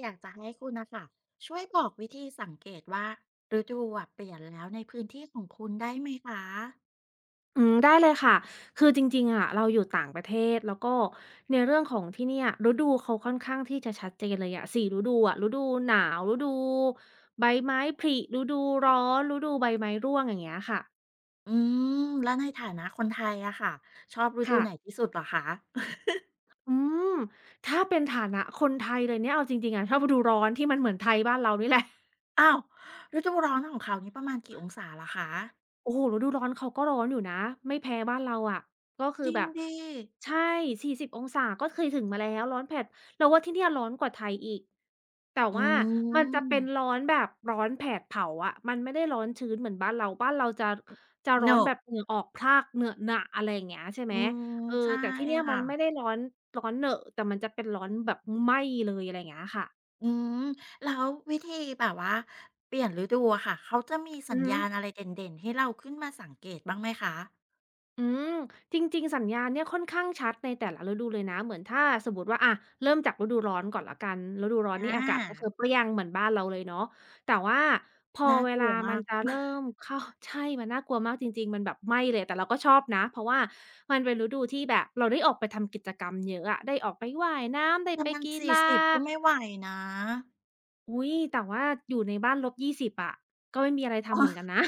อยากจะให้คุณนะค่ะช่วยบอกวิธีสังเกตว่าฤดูอะเปลี่ยนแล้วในพื้นที่ของคุณได้ไหมคะอืมได้เลยค่ะ คือจริงๆอะเราอยู่ต่างประเทศแล้วก็ในเรื่องของที่เนี่ยฤดูเขาค่อนข้างที่จะชัดเจนเลยอะสี่ฤดูอะฤดูหนาวฤดูใบไม้ผลิฤดูร้อนฤดูใบไม้ร่วงอย่างเงี้ยค่ะอืมแล้วในฐานะคนไทยอะค่ะชอบฤดูค่ะไหนที่สุดเหรอคะ อืมถ้าเป็นฐานะคนไทยเลยเนี่ยเอาจริงๆอะชอบฤดูร้อนที่มันเหมือนไทยบ้านเรานี่แหละ อ้าวฤดูร้อนของเขานี่ประมาณกี่องศาเหรอคะโอ้โฮฤดูร้อนเขาก็ร้อนอยู่นะไม่แพ้บ้านเราอะก็จคือริงแบบดิใช่40องศาก็เคยถึงมาแล้วร้อนแผดเราว่าที่เนี่ยร้อนกว่าไทยอีกแต่อืว่ามันจะเป็นร้อมนแบบร้อนแผดเผาอะมันไม่ได้ร้อนชื้นเหมือนบ้านเราบ้านเราจะโหนร้อนอะแบบเหงื่อออกพรากเหงอะหนะอะไรอย่างเงี้ยใช่ไหมอืมเออใช่แต่ที่เนี่ยมัค่ะนไม่ได้ร้อนร้อนเหนอะแต่มันจะเป็นร้อนแบบไหม้เลยอะไรอย่างเงี้ยค่ะอืมแล้ววิธีแบบว่าเปลี่ยนฤดูอะค่ะเขาจะมีสัอืญอฮึ ญาณอะไรเด่นๆให้เราขึ้นมาสังเกตบ้างไหมคะอืมจริงๆสัญญาณเนี่ยค่อนข้างชัดในแต่ละฤดูเลยนะเหมือนถ้าสมมติว่าอะเริ่มจากฤดูร้อนก่อนแล้วกันฤดูร้ออนนี่อากาศก็คือา เปรี้ยงเหมือนบ้านเราเลยเนาะแต่ว่าพอน่าเวกลาลัวมัมานก จะเริ่ มเข้าใช่มันน่ากลัวมากจริงๆมันแบบไหม้เลยแต่เราก็ชอบนะเพราะว่ามันเป็นฤดูที่แบบเราได้ออกไปทำกิจกรรมเยอะอะได้ออกไปว่ายน้ำได้แต่ไปมันกีฬา40ก็ไม่ไหวนะอุ๊ยแต่ว่าอยู่ในบ้านลบยี่สิบอะก็ไม่มีอะไรอ๋ทำอ เหมือน กันนะ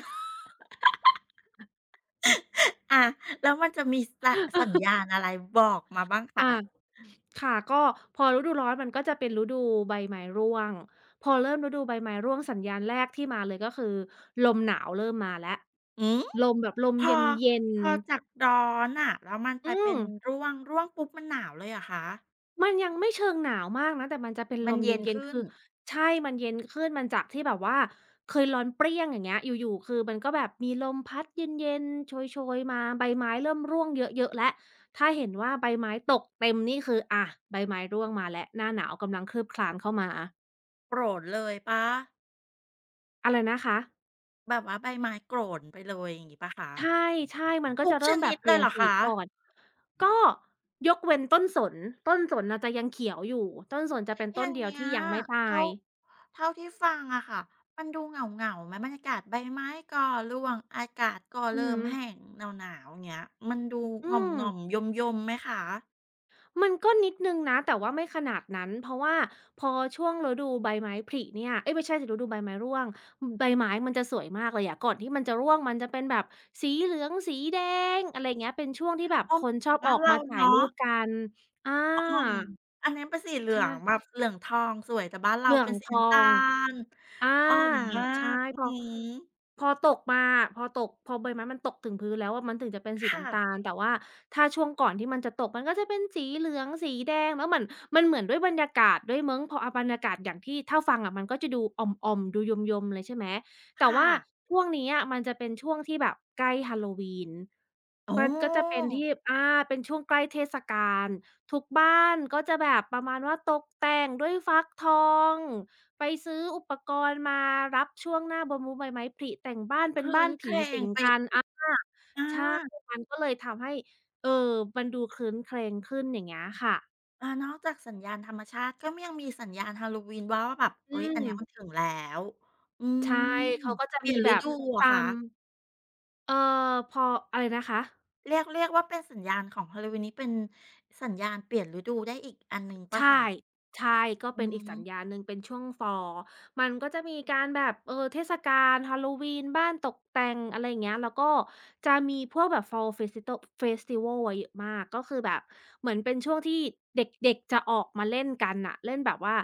อะแล้วมันจะมีสัญ ญาณอะไรบอกมาบ้างอา คะค่ะก็พอฤดูร้อนมันก็จะเป็นฤดูใบไม้ร่วงพอเริ่มฤดูใบไม้ร่วงสัญญาณแรกที่มาเลยก็คือลมหนาวเริ่มมาแล้วอือลมแบบลมพอเย็นพอจากร้อนอะแล้วมันๆไปอืเป็มนร่วงร่วงปุ๊บมันหนาวเลยเหรอะคะมันยังไม่เชิงหนาวมากนะแต่มันจะเป็นมัลนมเย็นเย็นๆขึ้นคือใช่มันเย็นขึ้นมันจากที่แบบว่าเคยร้อนเปรี้ยงอย่างเงี้ยอยู่ๆคือมันก็แบบมีลมพัดเย็นๆโชยๆมาใบไม้เริ่มร่วงเยอะๆแล้วถ้าเห็นว่าใบไม้ตกเต็มนี่คืออะใบไม้ร่วงมาแล้วหน้าหนาวกำลังคืบคลานเข้ามา โกรธเลยปล่าอะไรนะคะแบบว่าใบไม้โกรนไปเลยอย่างงี้ปะ่คะใช่ใช่มันก็ทุจะกชเริ่มแบนิบดเปเลลี่ยยนเหรอสีคะ ก่อนก็ยกเว้นต้นสนต้นสนน่ะจะยังเขียวอยู่ต้นสนจะเป็นอต้นย่างเดียวเงี้ยที่ยังไม่ตาเท่ายเท่าที่ฟังอะค่ะมันดูเหงาๆไหมบรรยากาศใบไม้ก็ร่วงอากาศก็อือเริ่ฮึมแห้งหนาวๆอย่างเงี้ยมันดูอืหงม่อมๆยมๆไหมคะมันก็นิดหนึ่งนะแต่ว่าไม่ขนาดนั้นเพราะว่าพอช่วงฤดูใบไม้ผลิเนี่ยเอ๊ยไม่ใช่สิฤดูใบไม้ร่วงใบไม้มันจะสวยมากเลยอะก่อนที่มันจะร่วงมันจะเป็นแบบสีเหลืองสีแดงอะไรอย่างเงี้ยเป็นช่วงที่แบบอ้อคมนชอบอบ้านอกเรามาถ่ายรูเนาะปกันอาอ่อมอันนั้นเป็นสีเหลือใช่งแบบเหลืองทองสวยแต่บ้านเราเหลือเป็งนสีทน้ำอตาง ลอาอ่อมมาใช่กอือพอฮึพอตกมาพอใบไม้มันตกถึงพื้นแล้วอะมันถึงจะเป็นสีค่ะน้ำตาลแต่ว่าถ้าช่วงก่อนที่มันจะตกมันก็จะเป็นสีเหลืองสีแดงแล้วเหมือนมันเหมือนด้วยบรรยากาศด้วยมั้งพออาบรรยากาศอย่างที่ถ้าฟังอะมันก็จะดูอ่อมๆดูยมๆเลยใช่ไหมแต่ค่ะว่าช่วงนี้อะมันจะเป็นช่วงที่แบบใกล้ฮาโลวีนโอ้มันก็จะเป็นที่อาเป็นช่วงใกล้เทศกาลทุกบ้านก็จะแบบประมาณว่าตกแต่งด้วยฟักทอง ไปซื้ออุปกรณ์มารับช่วงหน้าบมุใบไม้ผลิแต่งบ้านคเป็นรื้บ้านนเคผีรงสิงไปกันอาอา ใช่มันก็เลยทำให้เอ่อมันดูครื้นเครงขึ้นอย่างเงี้ยค่ะอานอกจากสัญญาณธรรมชาติก็ยังมีสัญญาณฮาโลวีนว่าว่าแบบอืเฮ้ยอันมเนี้ยมันถึงแล้วอืมใช่อืมเขาก็จะเปลี่ยมีนฤแบบดูเหรอตาคะมเอ่อพออะไรนะคะ เรียกว่าเป็นสัญญาณของฮาโลวีนนี้เป็นสัญญาณเปลี่ยนฤดูได้อีกอันหนึ่งเปล่าใช่ คะใช่ก็อืเป็นอีกสัญมญาณหนึ่งเป็นช่วง Fall มันก็จะมีการแบบเทศกาล Halloween บ้านตกแต่งอะไรอย่างเงี้ย แล้วก็จะมีพวกแบบ Fall Festival อะเยอะมากก็คือแบบเหมือนเป็นช่วงที่เด็กๆจะออกมาเล่นกันน่ะเล่นแบบว่า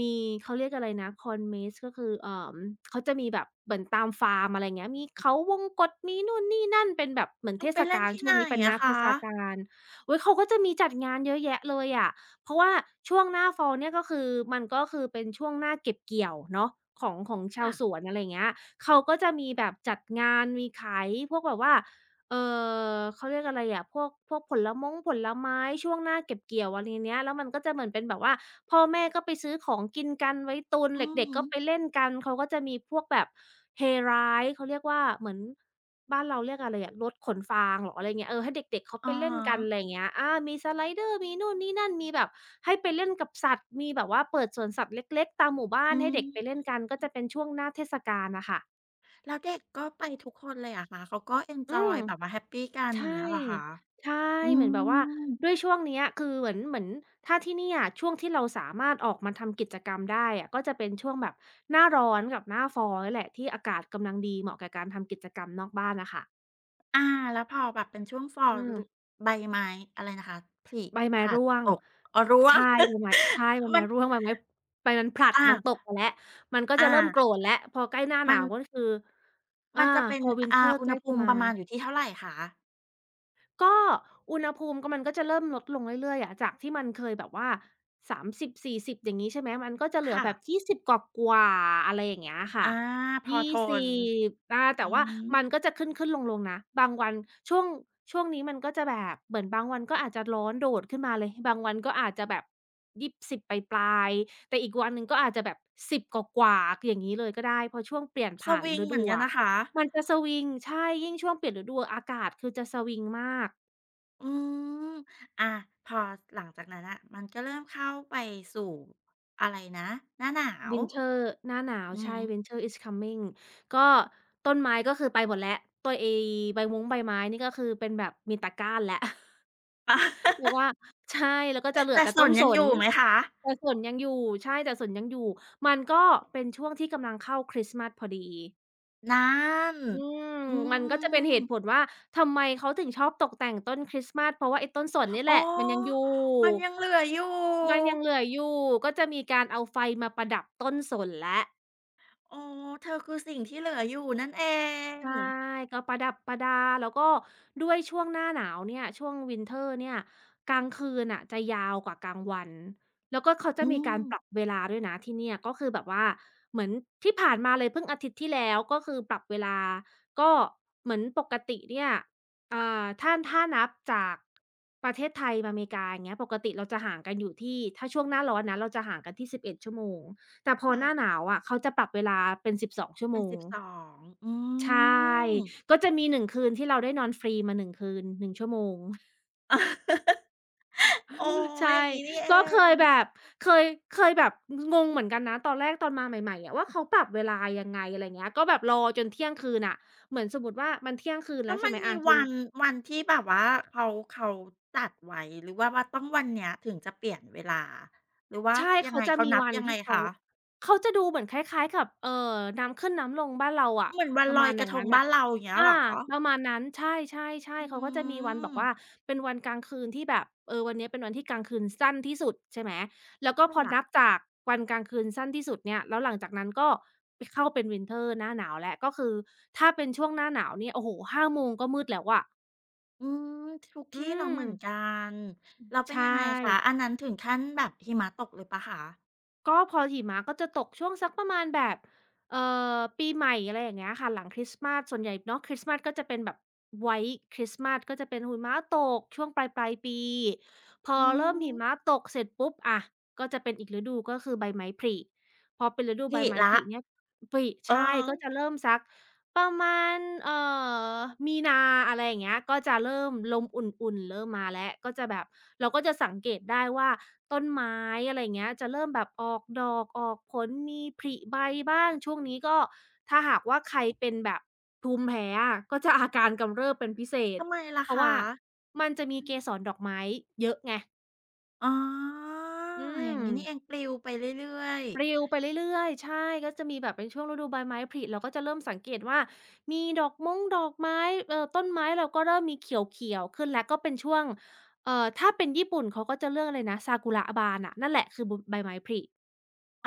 มีเขาเรียกอะไรนะ Corn Maze ก็คือเขาจะมีแบบเหมือนตามฟาร์มอะไรอย่างเงี้ยมีเขาวงกตมีนู่นนี่นั่นเป็นแบบเหมือนต้อเทงไปศเล่นกาลที่ช่ไหวนงนี้เป็นหอะน้าเทคะศกาลอุ๊ยเขาก็จะมีจัดงานเยอะแยะเลยอะ เพราะว่าช่วงหน้า Fall เนี่ยก็คือมันก็คือเป็นช่วงหน้าเก็บเกี่ยวเนาะของชาวค่ะสวนอะไรอย่างเงี้ยเขาก็จะมีแบบจัดงานมีขายพวกแบบว่าเอ่เขาเรียกอะไรอะพวกผลมงผลไม้ช่วงหน้าเก็บเกี่ยวอะไรเนี้ยแล้วมันก็จะเหมือนเป็นแบบว่าพ่อแม่ก็ไปซื้อของกินกันไว้ตุนอือเด็กฮึๆก็ไปเล่นกันเขาก็จะมีพวกแบบ Hayride เขาเรียกว่าเหมือน บ้านเราเรียกอะไรอะรถขนฟางเหรออะไรเงี้ยเออให้เด็กๆเขาไปอะเล่ฮนกันอะไระเงี้ยอามีสไลเดอร์มีนู่นนี่นั่นมีแบบให้ไปเล่นกับสัตว์มีแบบว่าเปิดสวนสัตว์เล็กๆตามหมู่บ้านอืให้มเด็กไปเล่นกันก็จะเป็นช่วงหน้าเทศกาลน่ะค่ะแล้วเด็กก็ไปทุกคนเลยเหรอคะเขาก็เอนอืจอยมแบบว่าแฮปปีกันอใช่ย่างเงี้ยเหรอคะใช่อืเหมือนแบบว่าม ด้วยช่วงเนี้ยคือเหมือนเหมือนถ้าที่เนี่อะช่วงที่เราสามารถออกมาทำกิจกรรมได้อะก็จะเป็นช่วงแบบหน้าร้อนกับหน้า Fall นี่แหละที่อากาศกำลังดีเหมาะกับการทำกิจกรรมนอกบ้านน่ะค่ะอาแล้วพอแบบเป็นช่วง fall อืม หรือใบไม้อะไรนะคะผลิใบผไม้ลัดร่วงตกอ๋อร่วง ใช่ใบไม้ใช่ใบ มัไม้นร่วงใบไม้ใบมันผลัดอามันตกมาแล้วมันก็จะอาเริ่มโกรธแล้วพอใกล้หน้าหมันานวก็คืออามันจะเป็พนอ อ่า winter อุณใกหล้ภูจะมิมา ประมาณอยู่ที่เท่าไรคะก็อุณหภูมิก็มันก็จะเริ่มลดลงเรื่อยๆอะจากที่มันเคยแบบว่า30-40อย่างงี้ใช่ไหมมันก็จะเหลือค่ะแบบ20กว่าๆอะไรอย่างเงี้ยค่ะอาพอทน20อาอืแต่ว่ามมันก็จะขึ้นๆลงๆนะบางวันช่วงช่วงนี้มันก็จะแบบเหมือนบางวันก็อาจจะร้อนโดดขึ้นมาเลยบางวันก็อาจจะแบบ20ปลายๆแต่อีกวันหนึ่งก็อาจจะแบบ10กว่าๆอย่างงี้เลยก็ได้เพราะช่วงเปลี่ยนสผ่านวิงฤเหมือดูนกันอะนะคะมันจะสวิงใช่ยิ่งช่วงเปลี่ยนฤดูอากาศคือจะสวิงมาก อืมอาพอหลังจากนั้นน่ะมันก็เริ่มเข้าไปสู่อะไรนะหน้าหนาว Winter หน้าหนาวอืใช่ ม Winter is coming ก็ต้นไม้ก็คือไปหมดแล้วตัวไอ้ใบม้งใบไม้นี่ก็คือเป็นแบบมีตะกร้านแล้ว แต่ ว่าใช่แล้วก็จะเหลือแต่แต่สต้นนสยังอนยู่ไหมคะแต่สนยังอยู่ใช่แต่สนยังอยู่มันก็เป็นช่วงที่กำลังเข้าคริสต์มาสพอดีนั่นอืมอืมันก็จะเป็นเหม ตุผลว่าทำไมเขาถึงชอบตกแต่งต้นคริสต์มาสเพราะว่าไอ้ต้นสนนี่อ๋อแหละมันยังอยู่มันยังเหลืออยู่มันยังเหลืออยู่ก็จะมีการเอาไฟมาประดับต้นสนแล้ว อ๋อเธอคือสิ่งที่เหลืออยู่นั่นเองใช่ก็ประดับประดาแล้วก็ด้วยช่วงหน้าหนาวเนี่ยช่วง Winter เนี่ยกลางคืนน่ะจะยาวกว่ากลางวันแล้วก็เขาอืจะมีกามรปรับเวลาด้วยนะที่เนี่ยก็คือแบบว่าเหมือนที่ผ่านมาเลยเพิ่งอาทิตย์ที่แล้วก็คือปรับเวลาก็เหมือนปกติเนี่ยอ่าถ้านับจากประเทศไทยมาอเมริกาอย่างเงี้ยปกติเราจะห่างกันอยู่ที่ถ้าช่วงหน้าร้อนนะเราจะห่างกันที่สิบเอ็ดชั่วโมงแต่พอหน้าค่ะหนาวอะเขาจะปรับเวลาเป็นสิบสองชั่วเป็โมนง สิบสองอืใช่ ม ก็จะมี1คืนที่เราได้นอนฟรีมา1คืน1ชั่วโมง อ๋อ ใช่ อย่างนี้นี่เอก็งเคยเคยแบบงงเหมือนกันนะตอนแรกตอนมาใหม่ๆอะว่าเขาปรับเวลายังไงอะไรเงี้ยก็แบบรอจนเที่ยงคืนน่ะเหมือนสมมุติว่ามันเที่ยงคืนแล้แล้ววใช่มันไหมมีอาจน วันที่แบบว่าเขาเขาจัดไว้หรือว่าว่าต้องวันเนี้ยถึงจะเปลี่ยนเวลาหรือว่าใช่ยังเขาไงจะเขามีนับวันยังไงที่เขาคะเขาจะดูเหมือนคล้ายๆกับน้ำขึ้นน้ำลงบ้านเราอะเหมือนวันประลอมายณกอระย่างทงงั้นบ้าน่ะนเราอย่างเงี้ยเหอารอประมาณนั้นใช่อืๆๆเขาก็จะมีวันบอกว่ามเป็นวันกลางคืนที่แบบเออวันนี้เป็นวันที่กลางคืนสั้นที่สุดใช่ไหมแล้วก็คพอ่ะ นับจากวันกลางคืนสั้นที่สุดเนี่ยแล้วหลังจากนั้นก็ไปเข้าเป็น Winter หน้าหนาวแล้วก็คือถ้าเป็นช่วงหน้าหนาวเนี่ยโอ้โฮ5โมงก็มืดแล้วอะอืมคุกอืกี้น้องมเหมือนกันแล้วเป็ใชนยังไงคะ อั่ นนั้นถึงขั้นแบบหิมะตกเลยเปล่าคะก็พอหิมะก็จะตกช่วงสักประมาณแบบเอ่ปีใหม่อะไรอย่างเงี้ยค่ะหลังคริสต์มาสส่วนใหญ่เนาะคริสต์มาสก็จะเป็นแบบ White คริสต์มาสก็จะเป็นหิมะตกช่วงปลายปีพออืเริ่มมหิมะตกเสร็จปุ๊บอะก็จะเป็นอีกฤดูก็คือใบไม้ผลิพอเป็นฤดูหใบลีไม้แล้ผวลิเนี่ยผลิเออใช่ก็จะเริ่มสัก ประมาณเอ่อมีนาอะไรอย่างเงี้ยก็จะเริ่มลมอุ่นๆเริ่มมาแล้วก็จะแบบเราก็จะสังเกตได้ว่าต้นไม้อะไรอย่างเงี้ยจะเริ่มแบบออกดอกออกผลมีผลิใบบ้างช่วงนี้ก็ถ้าหากว่าใครเป็นแบบภูมิแพ้อะก็จะอาการกำเริบเป็นพิเศษทำไมล่ะเพราะคะว่ามันจะมีเกสรดอกไม้เยอะไงอ๋ออือย่าม งงี้นี่เองปลิวไปเรื่อยปลิวไปเรื่อยๆใช่ก็จะมีแบบเป็นช่วงฤดูใบไม้ผลิเราก็จะเริ่มสังเกตว่ามีดอกม้งดอกไม้ต้นไม้เราก็เริ่มมีเขียวๆขึ้นแล้วก็เป็นช่วงถ้าเป็นญี่ปุ่นเขาก็จะเลือกอะไรนะซากุระบานอะนั่นแหละคือบใบไม้ผลิ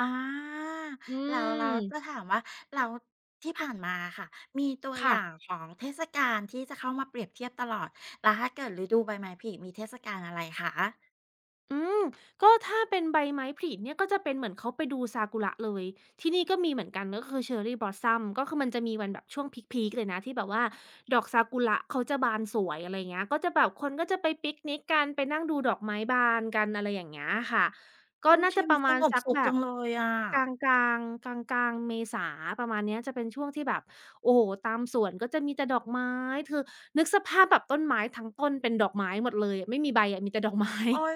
ๆอาอืแล้วแล้วมจะถามว่าแล้วที่ผ่านมาอะค่ะมีตัวอค่ะ ย่างของเทศกาลที่จะเข้ามาเปรียบเทียบตลอด แล้วถ้าเกิดฤดูใบไม้ผลิมีเทศกาลอะไรคะอืมก็ถ้าเป็นใบไม้ผลิเนี่ยก็จะเป็นเหมือนเขาไปดูซากุระเลยที่นี่ก็มีเหมือนกันก็คือ Cherry Blossom ก็คือมันจะมีวันแบบช่วงพีกๆเลยนะที่แบบว่าดอกซากุระเขาจะบานสวยอะไรเงี้ยก็จะแบบคนก็จะไปปิกนิกกันไปนั่งดูดอกไม้บานกันอะไรอย่างเงี้ยค่ะก็ดูน่าชีจะปวิตระสมาณงบสักสุขแบจับงเลยอะ กลางๆกลางๆเมษาประมาณเนี้ยจะเป็นช่วงที่แบบโอ้โฮตามสวนก็จะมีแต่ดอกไม้คือนึกสภาพแบบต้นไม้ทั้งต้นเป็นดอกไม้หมดเลยอะไม่มีใบอะมีแต่ดอกไม้ โอ๊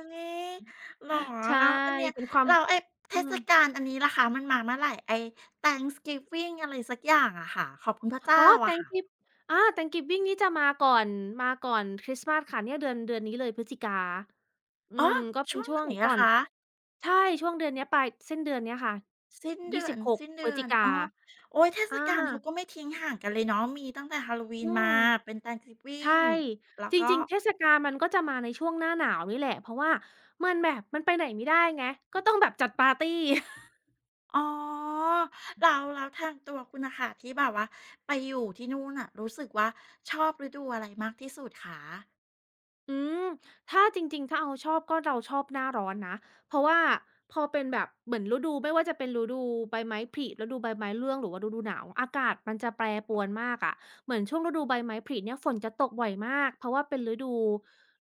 ยเหรอใช่แล้วอันเนี้ยเป็นความแล้วไอ้เทอืมศกาลอันนี้ล่ะคะมันมาเมื่อไรไอ้ Thanksgiving อะไรสักอย่างอะค่ะขอบคุณพระอ๋เจ้าอ อะ Thanksgiv ค่ะอา Thanksgiving นี่จะมาก่อนมาก่อนคริสต์มาสค่ะเนี่ยเดือนนี้เลยพฤศจิกาอือ๋อมก็เป็นช่วงช่วไหงนก่อะอนคะใช่ช่วงเดือนเนี้ยปลายสิ้นเดือนเนี้ยค่ะสิ้นยี่เดือสินบหกสิ้นพฤเดืศอจินกาอ๋อโอ๊ยเทศอากาลเขาก็ไม่ทิ้งห่างกันเลยเนาะมีตั้งแต่ อื Halloween มมาเป็น ใช่ Thanksgiving แล้วจก็ริงๆเทศกาลมันก็จะมาในช่วงหน้าหนาวนี่แหละเพราะว่ามันแบบมันไปไหนไม่ได้ไงก็ต้องแบบจัดปาร์ตี อ๋อแล้วแล้วทางตัวคุณน่ะค่ะที่แบบว่าไปอยู่ที่นู่นน่ะรู้สึกว่าชอบฤดูอะไรมากที่สุดคะ อืมถ้าจริงๆถ้าเอาชอบก็เราชอบหน้าร้อนนะ เพราะว่าพอเป็นแบบเหมือนฤดูไม่ว่าจะเป็นฤดูใบไม้ผลิฤดูใบไม้ร่วงหรือว่าฤดูหนาวอากาศมันจะแปรปรวนมากอะเหมือนช่วงฤดูใบไม้ผลิเนี่ยฝนจะตกบ่อยมากเพราะว่าเป็นฤดู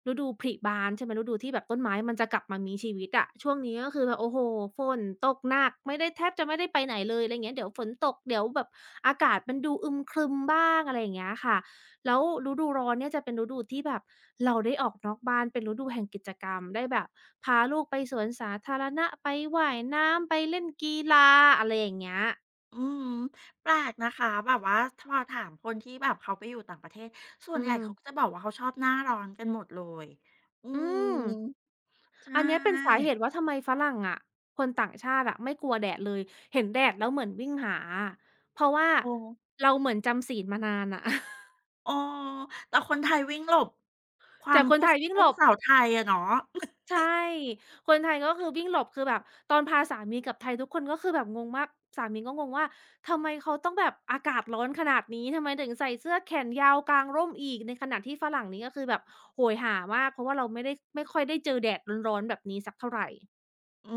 ฤดูผลิบานใช่ไหมฤดูที่แบบต้นไม้มันจะกลับมามีชีวิตอะช่วงนี้ก็คือแบบโอ้โฮฝนตกหนักไม่ได้แทบจะไม่ได้ไปไหนเลยอะไรอย่างเงี้ยเดี๋ยวฝนตกเดี๋ยวแบบอากาศมันดูอึมครึมบ้างอะไรอย่างเงี้ยค่ะ แล้วฤดูร้อนเนี่ยจะเป็นฤดูที่แบบเราได้ออกนอกบ้านเป็นฤดูแห่งกิจกรรมได้แบบพาลูกไปสวนสาธารณะไปว่ายน้ำไปเล่นกีฬาอะไรอย่างเงี้ยอืมแปลกนะคะแบบว่าพอถามคนที่แบบเขาไปอยู่ต่างประเทศส่วนอืใหญ่มเขาก็จะบอกว่าเขาชอบหน้าร้อนกันหมดเลยอือืมมใชอันเนี้ยเป็นสา่เหตุว่าทำไมฝรั่งอะคนต่างชาติอะไม่กลัวแดดเลยเห็นแดดแล้วเหมือนวิ่งหาอะเพราะว่าโอ้เราเหมือนจำศีลมานานอะ เอแต่คนไทยวิ่งหลบควาแต่มคนพูไทดยวิ่งพูหดลบ ภาษาไทยอะเนาะ ใช่คนไทยก็คือวิ่งหลบคือแบบตอนพาสามีกลับไทยทุกคนก็คือแบบงงมากสามีก็งงว่าทำไมเขาต้องแบบอากาศร้อนขนาดนี้ทำไมถึงใส่เสื้อแขนยาวกางร่มอีกในขณะที่ฝรั่งนี้ก็คือแบบโหยหามากเพราะว่าเราไม่ได้ไม่ค่อยได้เจอแดดร้อนๆแบบนี้สักเท่าไรอื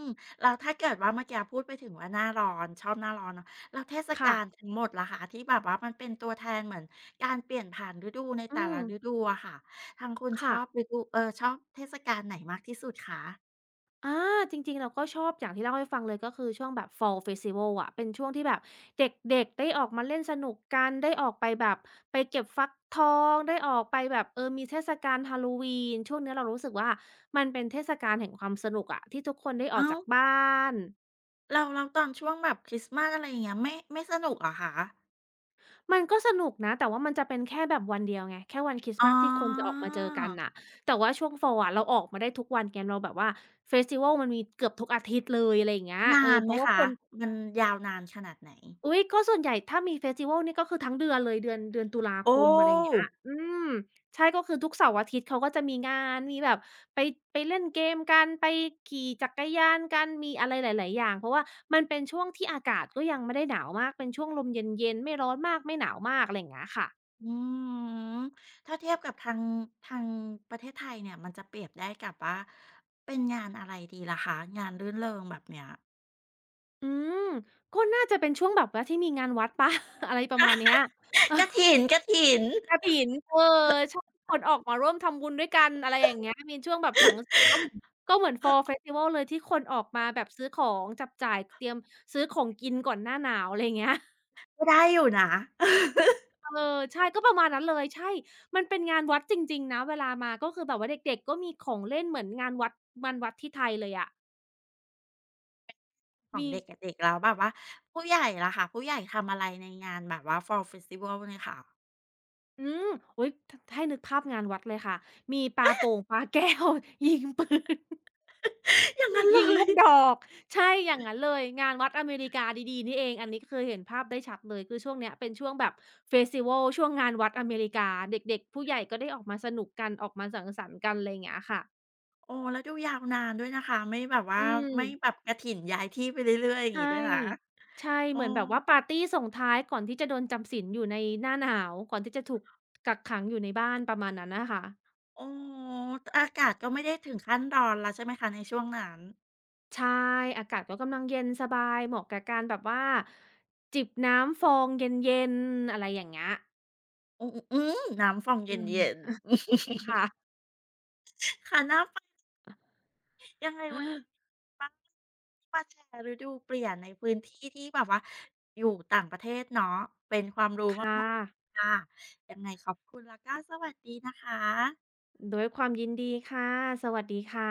มแล้วถ้าเกิดว่าเมื่อกี้พูดไปถึงว่าหน้าร้อนชอบหน้าร้อนเนาะแล้วเทศกาค่ะลทั้งหมดล่ะคะที่แบบว่ามันเป็นตัวแทนเหมือนการเปลี่ยนผ่านฤดูในอืแต่ละมฤดูอะค่ะทางคุณชค่ะ อบฤดูเออชอบเทศกาลไหนมากที่สุดคะอาจริงๆเราก็ชอบอย่างที่เล่าให้ฟังเลยก็คือช่วงแบบ Fall Festival อะเป็นช่วงที่แบบเด็กๆได้ออกมาเล่นสนุกกันได้ออกไปแบบไปเก็บฟักทองได้ออกไปแบบเออมีเทศกาล Halloween ช่วงเนี้ยเรารู้สึกว่ามันเป็นเทศกาลแห่งความสนุกอะที่ทุกคนได้ออกอ้าวจากบ้านแล้วแล้วตอนช่วงแบบคริสต์มาสอะไรอย่างเงี้ยไม่สนุกเหรอคะมันก็สนุกนะแต่ว่ามันจะเป็นแค่แบบวันเดียวไงแค่วันคริสต์อ๋มาอสที่คนจะออกมาเจอกันน่ะแต่ว่าช่วง Fall อะเราออกมาได้ทุกวันไงเราแบบว่า Festival มันมีเกือบทุกอาทิตย์เลยอะไรอย่างเงี้ยเอนาอนเพไหมราะว่าคะคน มันยาวนานขนาดไหนอุ๊ยก็ส่วนใหญ่ถ้ามีเฟสติวัลนี่ก็คือทั้งเดือนเลยเดือนตุลาคโอ้ มอะไรอย่างเงี้ยอืมใช่ก็คือทุกเสาร์อาทิตย์เขาก็จะมีงานมีแบบไปไปเล่นเกมกันไปขี่จักรยานกันมีอะไรหลายๆอย่างเพราะว่ามันเป็นช่วงที่อากาศก็ยังไม่ได้หนาวมากเป็นช่วงลมเย็นๆไม่ร้อนมากไม่หนาวมากอะไรอย่างเงี้ยค่ะอืมถ้าเทียบกับทางประเทศไทยเนี่ยมันจะเปรียบได้กับว่าเป็นงานอะไรดีล่ะคะงานรื่นเริงแบบเนี้ย อืมก็น่าจะเป็นช่วงแบบว่าที่มีงานวัด เปล่าอะไรประมาณเนี้ย กฐินกฐินเออชอบคนออกมาร่วมทำบุญด้วยกันอะไรอย่างเงี้ยมีช่วงแบบสังสรรค์ก็เหมือนก็เหมือน Fall Festival เลยที่คนออกมาแบบซื้อของจับจ่ายเตรียมซื้อของกินก่อนหน้าหนาวอะไรอย่างเงี้ย ก็ได้อยู่นะ เออใช่ก็ประมาณนั้นเลยใช่มันเป็นงานวัดจริงๆนะเวลามาก็คือแบบว่าเด็กๆก็มีของเล่นเหมือนงานวัดงานวัดที่ไทยเลยอะของมีเด็กกับเด็กแล้วแบบว่าผู้ใหญ่ล่ะคะผู้ใหญ่ทำอะไรในงานแบบว่า Fall Festival เนี่ยค่ะ อืมอุ๊ยถให้นึกภาพงานวัดเลยค่ะมีปาโป่งปาแก้ว ยิงปืน อย่างนั้นเลยิงลูยกดอกใช่อย่างงั้นเลยงานวัดอเมริกาดีๆนี่เองอันนี้คือเห็นภาพได้ชัดเลยคือช่วงเนี้ยเป็นช่วงแบบเฟสติวัลช่วงงานวัดอเมริกาเด็กๆผู้ใหญ่ก็ได้ออกมาสนุกกันออกมาสังสรรค์กันไรเงี้ยค่ะโอ้แล้วดูยาวนานด้วยนะคะไม่แบบว่าอืมไม่แบบกฐินย้ายที่ไปเรื่อยๆอย่างงี้ใช่ด้วยนะใช่โอเหมือนแบบว่าปาร์ตีส่งท้ายก่อนที่จะโดนจำศีลอยู่ในหน้าหนาวก่อนที่จะถูกกักขังอยู่ในบ้านประมาณนั้นน่ะค่ะโอ้ออากาศก็ไม่ได้ถึงขั้นร้อนแล้วใช่ไหมคะในช่วงนั้น ใช่อากาศก็กำลังเย็นสบายเหมาะกับการแบบว่าจิบน้ำฟองเย็นๆอะไรอย่างเงี้ยอืมอืมน้ำฟองอืมเย็นๆ ค่ะ ค่ะน่าไปยังไงวันนี้ มามาแชร์ฤดูเปลี่ยนในพื้นที่ที่แบบว่าอยู่ต่างประเทศเนาะค่ะค่ะยังไงขอบคุณแล้วก็สวัสดีนะคะด้วยความยินดีค่ะ สวัสดีค่ะ